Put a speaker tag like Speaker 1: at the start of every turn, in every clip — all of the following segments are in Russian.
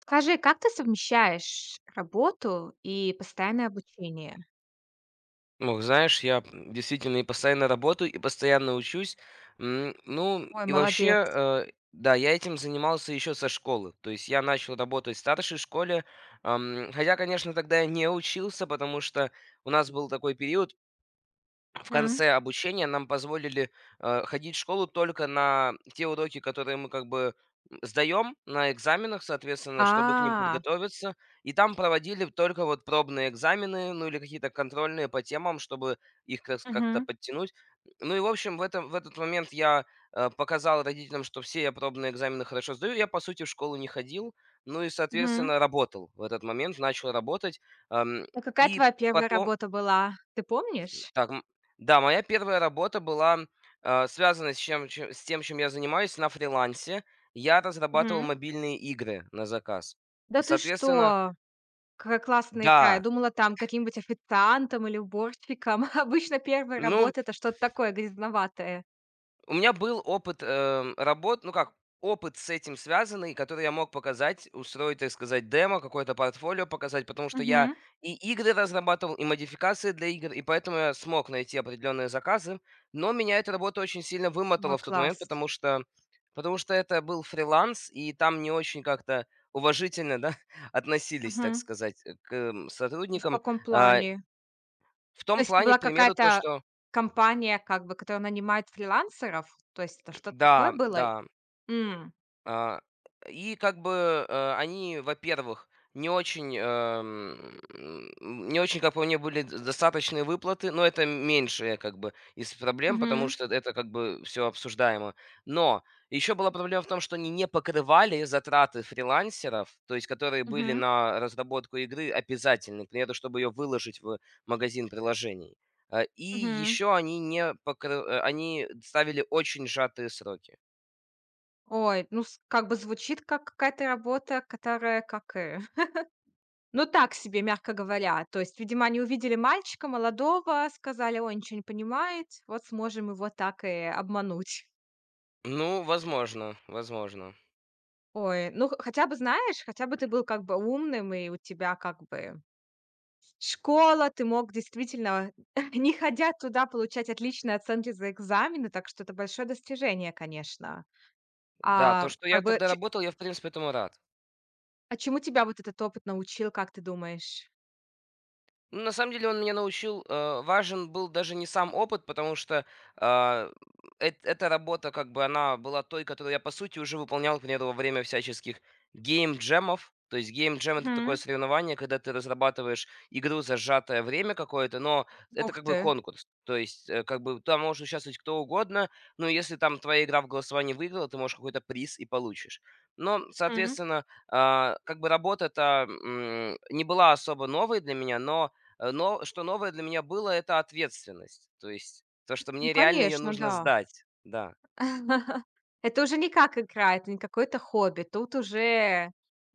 Speaker 1: Скажи, как ты совмещаешь работу и постоянное обучение?
Speaker 2: Ну, знаешь, действительно и постоянно работаю, и постоянно учусь. Ну,
Speaker 1: Ой,
Speaker 2: и вообще,
Speaker 1: молодец.
Speaker 2: да, я этим занимался еще со школы. То есть я начал работать в старшей школе. Хотя, конечно, тогда я не учился, потому что у нас был такой период, в
Speaker 1: Мгм.
Speaker 2: конце обучения нам позволили, ходить в школу только на те уроки, которые мы как бы сдаем на экзаменах, соответственно, чтобы к ним
Speaker 1: А,
Speaker 2: подготовиться. И там проводили только вот пробные экзамены, ну, или какие-то контрольные по темам, чтобы их как-то
Speaker 1: мгм,
Speaker 2: подтянуть. Ну и, в общем, в этот момент я, показал родителям, что все я пробные экзамены хорошо сдаю. Я, по сути, в школу не ходил, ну и,
Speaker 1: мгм.
Speaker 2: соответственно, работал в этот момент, начал работать. Эм,
Speaker 1: А какая
Speaker 2: и
Speaker 1: твоя первая
Speaker 2: потом
Speaker 1: работа была? Ты помнишь?
Speaker 2: так, да, моя первая работа была, связана с чем чем с тем, чем я занимаюсь на фрилансе. Я разрабатывал
Speaker 1: Мгм.
Speaker 2: мобильные игры на заказ.
Speaker 1: Да ты что?
Speaker 2: Соответственно,
Speaker 1: Какая классная игра. Я
Speaker 2: да,
Speaker 1: думала, там каким-нибудь официантом или уборщиком. Обычно первая
Speaker 2: ну,
Speaker 1: работа- это что-то такое грязноватое.
Speaker 2: у меня был опыт, работ, ну как, опыт с этим связанный, который я мог показать, устроить, так сказать, демо, какое-то портфолио показать, потому что я
Speaker 1: Мгм.
Speaker 2: и игры разрабатывал, и модификации для игр, и поэтому я смог найти определенные заказы. Но меня эта работа очень сильно
Speaker 1: Ой,
Speaker 2: вымотала в тот момент,
Speaker 1: класс.
Speaker 2: потому что это был фриланс, и там не очень как-то уважительно, да, относились, так
Speaker 1: Мгм.
Speaker 2: сказать, к
Speaker 1: В
Speaker 2: сотрудникам.
Speaker 1: каком
Speaker 2: А,
Speaker 1: плане?
Speaker 2: В
Speaker 1: То
Speaker 2: том
Speaker 1: есть это
Speaker 2: плане, к
Speaker 1: была
Speaker 2: примеру, то,
Speaker 1: какая-то
Speaker 2: что
Speaker 1: компания, как бы, которая нанимает фрилансеров? То есть это что-то
Speaker 2: да,
Speaker 1: такое было?
Speaker 2: да.
Speaker 1: М.
Speaker 2: А, и как бы, они, во-первых, не очень, как по мне, были д достаточные выплаты, но это меньшая как бы из проблем, потому
Speaker 1: Мгм.
Speaker 2: что это как бы все обсуждаемо. Но еще была проблема в том, что они не покрывали затраты фрилансеров, то есть которые были
Speaker 1: Мгм.
Speaker 2: на разработку игры обязательны, к примеру, чтобы ее выложить в магазин приложений. И
Speaker 1: Мгм.
Speaker 2: еще они не покры э, они ставили очень сжатые сроки.
Speaker 1: Ой, ну, с как бы звучит как какая-то работа, которая как, ну, так себе, мягко говоря. То есть, видимо, они увидели мальчика молодого, сказали: "Ой, ничего не понимает, вот сможем его так и обмануть".
Speaker 2: Ну, возможно, возможно.
Speaker 1: Ой, ну, х хотя бы, знаешь, хотя бы ты был как бы умным, и у тебя как бы школа, ты мог действительно, не ходя туда, получать отличные оценки за экзамены, так что это большое достижение, конечно.
Speaker 2: Да, то,
Speaker 1: А,
Speaker 2: что я
Speaker 1: как бы,
Speaker 2: тогда
Speaker 1: че
Speaker 2: работал, я, в принципе, этому рад.
Speaker 1: а чему тебя вот этот опыт научил, как ты думаешь?
Speaker 2: Ну, на самом деле он меня научил, важен был даже не сам опыт, потому что, а, эт эта работа, как бы, она была той, которую я, по сути, уже выполнял, к примеру, во время всяческих гейм-джемов. То есть гейм-джем — это такое
Speaker 1: Мгм.
Speaker 2: соревнование, когда ты разрабатываешь игру за сжатое время какое-то, но это
Speaker 1: Ух
Speaker 2: как бы
Speaker 1: ты.
Speaker 2: конкурс. То есть, как бы там может участвовать кто угодно, но если там твоя игра в голосовании выиграла, ты можешь какой-то приз и получишь. Но,
Speaker 1: М.
Speaker 2: соответственно, как бы работа-то, не была особо новой для меня, но но что новое для меня было — это ответственность. То есть то, что
Speaker 1: Ну,
Speaker 2: мне реально ее
Speaker 1: конечно,
Speaker 2: нужно
Speaker 1: да.
Speaker 2: сдать. Да.
Speaker 1: Это уже не как игра, это не какое-то хобби. Тут уже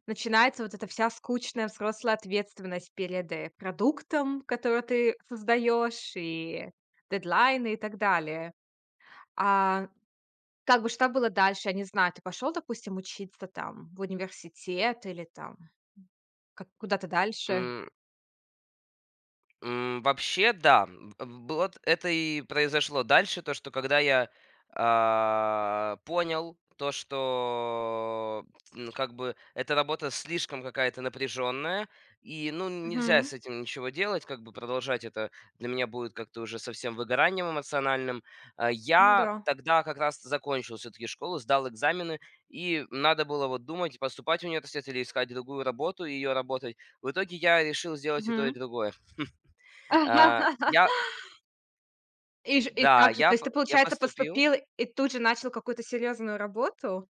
Speaker 1: начинается вот эта вся скучная взрослая ответственность перед, продуктом, который ты создаешь, и дедлайны, и так далее. А, как бы, что было дальше? Я не знаю, ты пошел, допустим, учиться там в университет или там как куда-то дальше?
Speaker 2: М. Вообще, да. М, э, б Вот это и произошло дальше, то, что когда я, понял то, что, как бы эта работа слишком какая-то напряженная, и, ну, нельзя
Speaker 1: Мгм.
Speaker 2: с этим ничего делать, как бы продолжать это для меня будет как-то уже совсем выгоранием эмоциональным.
Speaker 1: Ну
Speaker 2: Я
Speaker 1: да.
Speaker 2: тогда как раз закончил все таки школу, сдал экзамены, и надо было вот думать, поступать в университет или искать другую работу и ее работать. В итоге я решил сделать и то, и
Speaker 1: Мгм.
Speaker 2: другое. А, я
Speaker 1: И как же? То есть ты,
Speaker 2: я
Speaker 1: получается,
Speaker 2: поступил.
Speaker 1: поступил и тут же начал какую-то серьезную работу?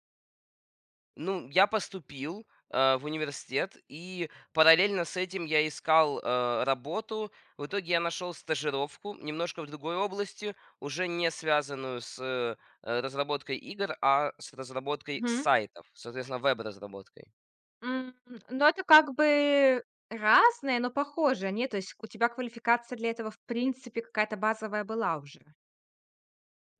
Speaker 2: Ну, я поступил, в университет, и параллельно с этим я искал, работу. В итоге я нашел стажировку немножко в другой области, уже не связанную с, разработкой игр, а с разработкой
Speaker 1: Мгм.
Speaker 2: сайтов, соответственно, веб-разработкой.
Speaker 1: М, ну, это как бы разное, но похожие, нет? То есть у тебя квалификация для этого, в принципе, какая-то базовая была уже?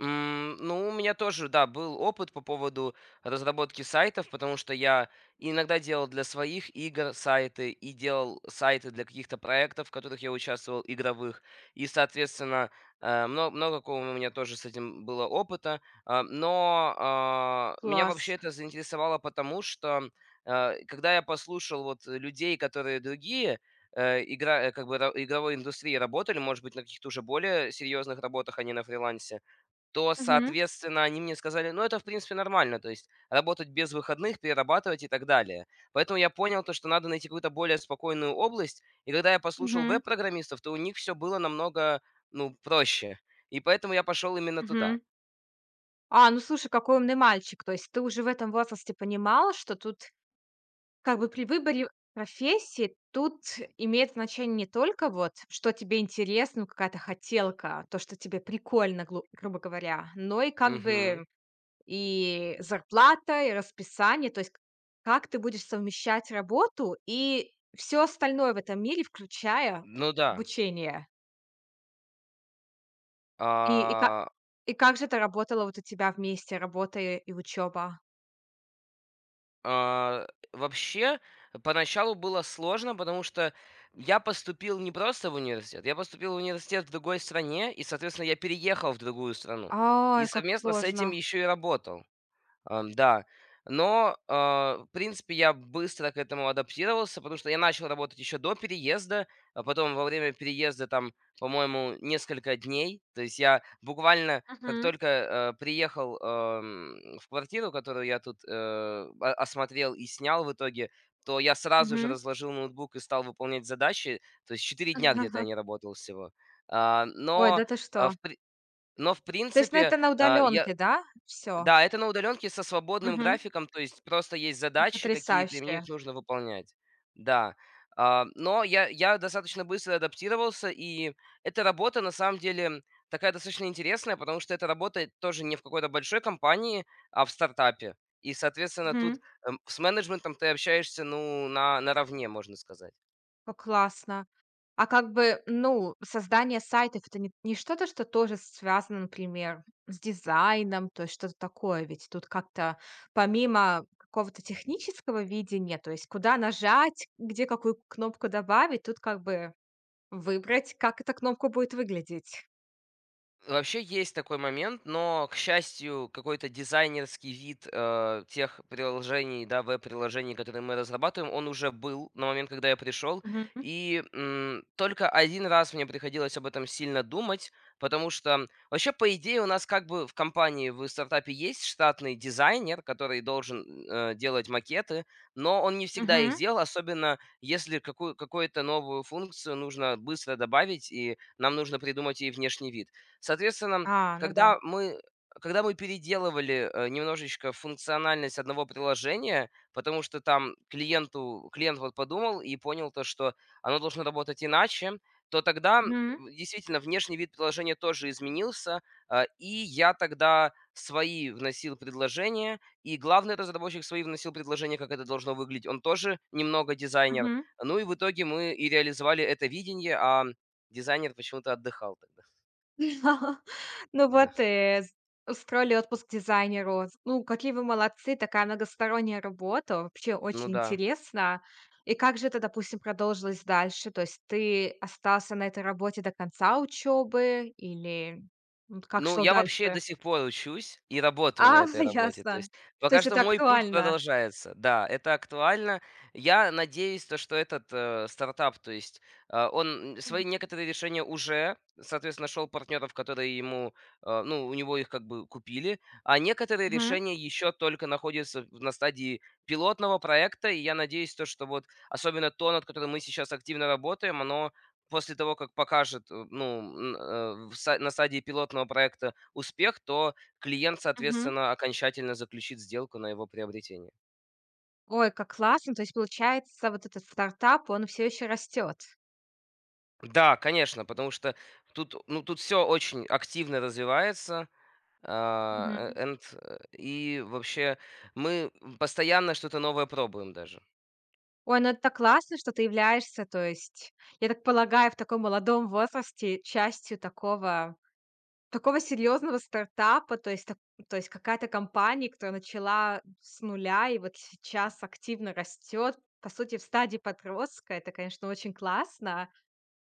Speaker 2: Ну, у меня тоже, да, был опыт по поводу разработки сайтов, потому что я иногда делал для своих игр сайты и делал сайты для каких-то проектов, в которых я участвовал, игровых. И, соответственно, много какого у меня тоже с этим было опыта. Меня вообще
Speaker 1: Класс.
Speaker 2: это заинтересовало потому, что, когда я послушал вот людей, которые другие, как бы ра игровой индустрии работали, может быть, на каких-то уже более серьезных работах, а не на фрилансе, то,
Speaker 1: Мгм.
Speaker 2: соответственно, они мне сказали: "Ну, это, в принципе, нормально, то есть работать без выходных, перерабатывать и так далее". Поэтому я понял то, что надо найти какую-то более спокойную область. И когда я послушал
Speaker 1: Мгм.
Speaker 2: веб-программистов, то у них все было намного, ну, проще. И поэтому я пошел именно туда.
Speaker 1: Мгм. А, ну слушай, какой умный мальчик. То есть ты уже в этом возрасте понимала, что тут как бы при выборе профессии тут имеет значение не только вот, что тебе интересно, ну, какая-то хотелка, то, что тебе прикольно, грубо говоря, но и как
Speaker 2: Мгм.
Speaker 1: бы и зарплата, и расписание, то есть как ты будешь совмещать работу и все остальное в этом мире, включая
Speaker 2: Ну да.
Speaker 1: обучение. И, и, как,
Speaker 2: А
Speaker 1: и как же это работало вот у тебя вместе, работа и учеба?
Speaker 2: А, Вообще, поначалу было сложно, потому что я поступил не просто в университет, я поступил в университет в другой стране, и, соответственно, я переехал в другую страну. И
Speaker 1: Ай, как
Speaker 2: совместно с этим
Speaker 1: сложно.
Speaker 2: еще и работал. Да. В принципе, я быстро к этому адаптировался, потому что я начал работать еще до переезда, а потом во время переезда там, по-моему, несколько дней. То есть я буквально, как
Speaker 1: Мгм.
Speaker 2: только приехал, в квартиру, которую я тут осмотрел и снял в итоге, то я сразу же
Speaker 1: Мгм.
Speaker 2: разложил ноутбук и стал выполнять задачи. То есть 4 дня где-то я не работал всего. А,
Speaker 1: Ой,
Speaker 2: но,
Speaker 1: да ты что?
Speaker 2: а, в при- но в
Speaker 1: То есть
Speaker 2: принципе,
Speaker 1: на
Speaker 2: а, я
Speaker 1: удаленке, да, Все.
Speaker 2: да, это на удаленке со свободным
Speaker 1: Мгм.
Speaker 2: графиком, то есть просто есть задачи какие-то, и
Speaker 1: Потрясающе.
Speaker 2: мне их нужно выполнять. Да. Но я достаточно быстро адаптировался, и эта работа на самом деле такая достаточно интересная, потому что эта работа тоже не в какой-то большой компании, а в стартапе. И, соответственно, тут,
Speaker 1: Мгм.
Speaker 2: с менеджментом ты общаешься, ну, на наравне, можно сказать.
Speaker 1: Как классно. А как бы, ну, создание сайтов- это не что-то, что тоже связано, например, с дизайном, то есть что-то такое? Ведь тут как-то помимо какого-то технического видения, то есть куда нажать, где какую кнопку добавить, тут как бы выбрать, как эта кнопка будет выглядеть.
Speaker 2: Вообще есть такой момент, но, к счастью, какой-то дизайнерский вид тех приложений, да, веб-приложений, которые мы разрабатываем, он уже был на момент, когда я пришел.
Speaker 1: Мгм.
Speaker 2: Только один раз мне приходилось об этом сильно думать, потому что вообще, по идее, у нас как бы в стартапе есть штатный дизайнер, который должен делать макеты, но он не всегда их
Speaker 1: Мгм.
Speaker 2: делал, особенно если какую-то новую функцию нужно быстро добавить, и нам нужно придумать ей внешний вид. Соответственно,
Speaker 1: А, ну да.
Speaker 2: когда мы когда мы переделывали, немножечко функциональность одного приложения, потому что там клиент вот подумал и понял то, что оно должно работать иначе, то тогда,
Speaker 1: Мгм.
Speaker 2: действительно, внешний вид приложения тоже изменился, и я тогда свои вносил предложения, и главный разработчик свои вносил предложения, как это должно выглядеть. Он тоже немного дизайнер.
Speaker 1: Мгм.
Speaker 2: Ну и в итоге мы и реализовали это видение, а дизайнер почему-то отдыхал тогда.
Speaker 1: Ну
Speaker 2: Да.
Speaker 1: вот, э, с устроили отпуск дизайнеру. Ну, какие вы молодцы, такая многосторонняя работа, вообще
Speaker 2: Ну
Speaker 1: очень
Speaker 2: да.
Speaker 1: интересно. И как же это, допустим, продолжилось дальше? То есть ты остался на этой работе до конца учебы или, вот как
Speaker 2: Ну,
Speaker 1: шло
Speaker 2: я вообще до
Speaker 1: дальше?
Speaker 2: сих пор учусь и
Speaker 1: А,
Speaker 2: работаю на этой работе. То
Speaker 1: ясно.
Speaker 2: есть
Speaker 1: То
Speaker 2: пока
Speaker 1: есть
Speaker 2: что
Speaker 1: это
Speaker 2: мой путь
Speaker 1: актуально.
Speaker 2: продолжается. Да, это актуально. Я надеюсь, то, что этот стартап, то есть он, свои
Speaker 1: Мгм.
Speaker 2: некоторые решения уже, соответственно, нашел партнеров, которые ему, ну, у него их как бы купили, а некоторые
Speaker 1: Мгм.
Speaker 2: решения еще только находятся на стадии пилотного проекта, и я надеюсь, то, что вот особенно то, над которым мы сейчас активно работаем, оно, после того, как покажет, э, ну, н э, в ста на стадии пилотного проекта успех, то клиент,
Speaker 1: Мгм.
Speaker 2: соответственно, окончательно заключит сделку на его приобретение.
Speaker 1: Ой, как классно. То есть, получается, вот этот стартап, он все еще растет.
Speaker 2: Да, конечно, потому что тут, ну, тут все очень активно развивается, и вообще мы постоянно что-то новое пробуем даже.
Speaker 1: Ой, ну это так классно, что ты являешься, то есть, я так полагаю, в таком молодом возрасте частью такого серьезного стартапа, то есть какая-то компания, которая начала с нуля и вот сейчас активно растет, по сути, в стадии подростка. Это, конечно, очень классно.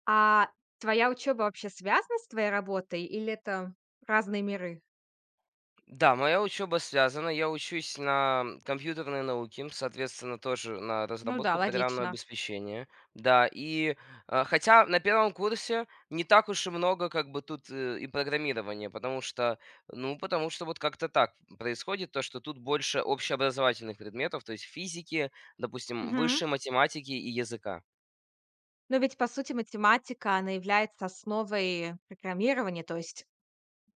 Speaker 1: А твоя учеба вообще связана с твоей работой или это разные миры?
Speaker 2: Да, моя учеба связана. Я учусь на компьютерной науке, соответственно, тоже на
Speaker 1: Ну да,
Speaker 2: разработку программного
Speaker 1: логично.
Speaker 2: обеспечения. Да, и, хотя на первом курсе не так уж и много как бы тут и программирования, потому что, ну, потому что вот как-то так происходит, то, что тут больше общеобразовательных предметов, то есть физики, допустим,
Speaker 1: Мгм.
Speaker 2: высшей математики и языка.
Speaker 1: Но ведь, по сути, математика, она является основой программирования, то есть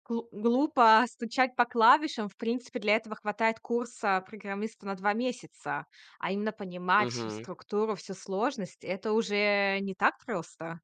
Speaker 1: глупо стучать по клавишам. В принципе, для этого хватает курса программиста на 2 месяца. А именно понимать всю
Speaker 2: Мгм.
Speaker 1: структуру, всю сложность- это уже не так просто.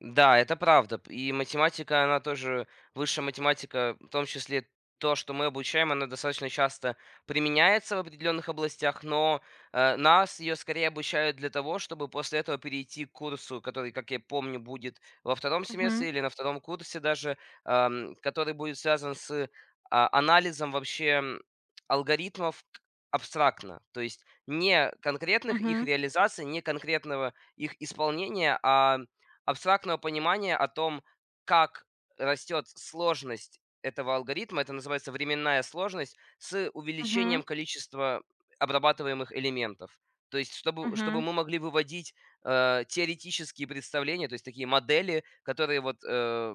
Speaker 2: Да, это правда. И математика, она тоже, высшая математика, в том числе то, что мы обучаем, она достаточно часто применяется в определенных областях, но нас ее скорее обучают для того, чтобы после этого перейти к курсу, который, как я помню, будет во втором семестре
Speaker 1: Мгм,
Speaker 2: или на втором курсе даже, который будет связан с анализом вообще, алгоритмов, абстрактно, то есть не конкретных их
Speaker 1: мгм,
Speaker 2: реализаций, не конкретного их исполнения, а абстрактного понимания о том, как растет сложность этого алгоритма, это называется временная сложность, с увеличением
Speaker 1: мгм,
Speaker 2: количества обрабатываемых элементов. То есть, чтобы
Speaker 1: мгм.
Speaker 2: мы могли выводить теоретические представления, то есть такие модели, которые вот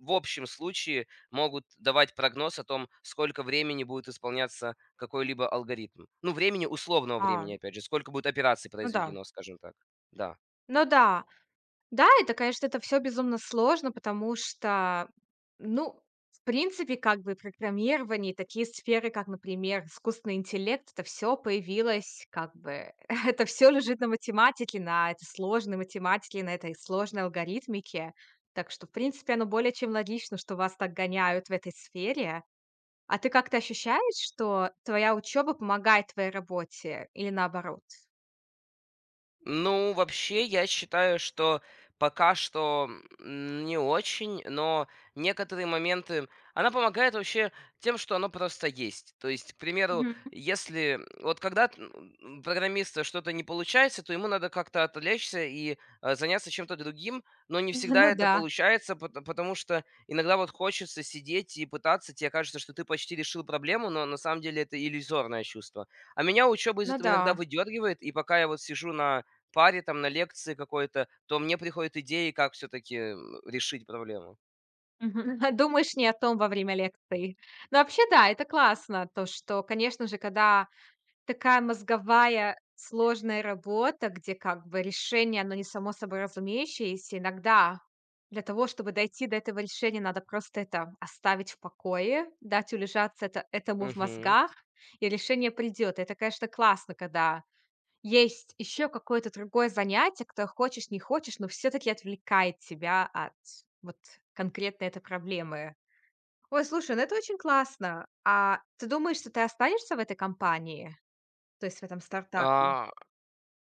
Speaker 2: в общем случае могут давать прогноз о том, сколько времени будет исполняться какой-либо алгоритм. Ну, времени условного
Speaker 1: А,
Speaker 2: времени, опять же, сколько будет операций
Speaker 1: ну да.
Speaker 2: произведено, скажем так. Да.
Speaker 1: Ну да. Да, это, конечно, это все безумно сложно, потому что, ну, в принципе, как бы программирование, и такие сферы, как, например, искусственный интеллект, это все появилось как бы это все лежит на математике, на этой сложной математике, на этой сложной алгоритмике. Так что, в принципе, оно более чем логично, что вас так гоняют в этой сфере. А ты как-то ощущаешь, что твоя учеба помогает твоей работе или наоборот?
Speaker 2: Ну, вообще, я считаю, что пока что не очень, но некоторые моменты... Она помогает вообще тем, что оно просто есть. То есть, к примеру,
Speaker 1: Мгм.
Speaker 2: если... Вот когда программиста что-то не получается, то ему надо как-то отвлечься и заняться чем-то другим, но не всегда
Speaker 1: Ну
Speaker 2: это
Speaker 1: да,
Speaker 2: получается, потому что иногда вот хочется сидеть и пытаться, тебе кажется, что ты почти решил проблему, но на самом деле это иллюзорное чувство. А меня учеба из
Speaker 1: ну
Speaker 2: этого
Speaker 1: да.
Speaker 2: иногда выдергивает, и пока я вот сижу на паре, там, на лекции какой-то, то мне приходят идеи, как все таки решить проблему.
Speaker 1: Мгм. Думаешь не о том во время лекции. Но вообще, да, это классно, то, что, конечно же, когда такая мозговая сложная работа, где как бы решение, оно не само собой разумеющееся, иногда для того, чтобы дойти до этого решения, надо просто это оставить в покое, дать улежаться это, этому в
Speaker 2: Мгм.
Speaker 1: мозгах, и решение придет. Это, конечно, классно, когда есть еще какое-то другое занятие, которое хочешь не хочешь, но все-таки отвлекает тебя от вот конкретно этой проблемы. Ой, слушай, ну это очень классно. А ты думаешь, что ты останешься в этой компании, то есть в этом стартапе?
Speaker 2: А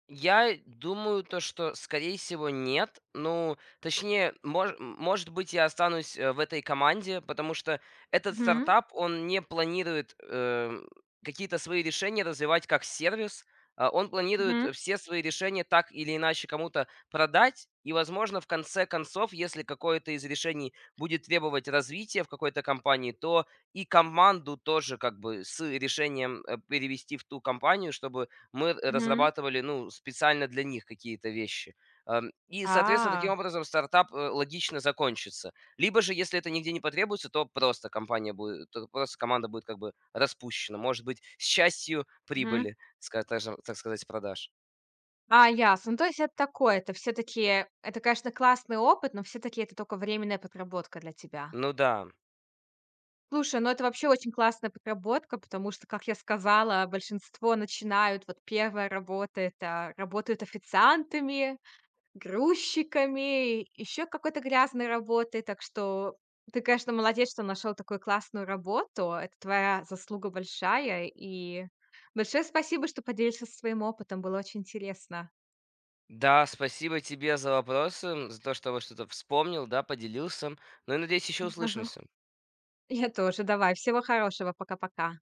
Speaker 2: Я думаю, то, что, скорее всего, нет. Ну, точнее, может быть, я останусь в этой команде, потому что этот
Speaker 1: Мгм.
Speaker 2: стартап, он не планирует, какие-то свои решения развивать как сервис. А, он планирует,
Speaker 1: Мгм.
Speaker 2: все свои решения так или иначе кому-то продать. И, возможно, в конце концов, если какое-то из решений будет требовать развития в какой-то компании, то и команду тоже как бы с решением перевести в ту компанию, чтобы мы
Speaker 1: Мгм.
Speaker 2: разрабатывали, ну, специально для них какие-то вещи. И, соответственно,
Speaker 1: А.
Speaker 2: таким образом стартап, логично закончится. Либо же, если это нигде не потребуется, то просто команда будет как бы распущена. Может быть, с частью
Speaker 1: Мгм.
Speaker 2: прибыли, ска тажем так сказать, с продаж.
Speaker 1: А, ясно. Ну, то есть это такое, это все-таки, это, конечно, классный опыт, но все-таки это только временная подработка для тебя.
Speaker 2: Ну да.
Speaker 1: Слушай, ну это вообще очень классная подработка, потому что, как я сказала, большинство начинают, вот первая работа- это работают официантами, грузчиками, еще какой-то грязной работой. Так что ты, конечно, молодец, что нашел такую классную работу. Это твоя заслуга большая. И большое спасибо, что поделился своим опытом. Было очень интересно.
Speaker 2: Да, спасибо тебе за вопросы, за то, что вот что-то вспомнил, да, поделился. Ну и, надеюсь, еще услышимся.
Speaker 1: Я тоже. Давай. Всего хорошего. Пока-пока.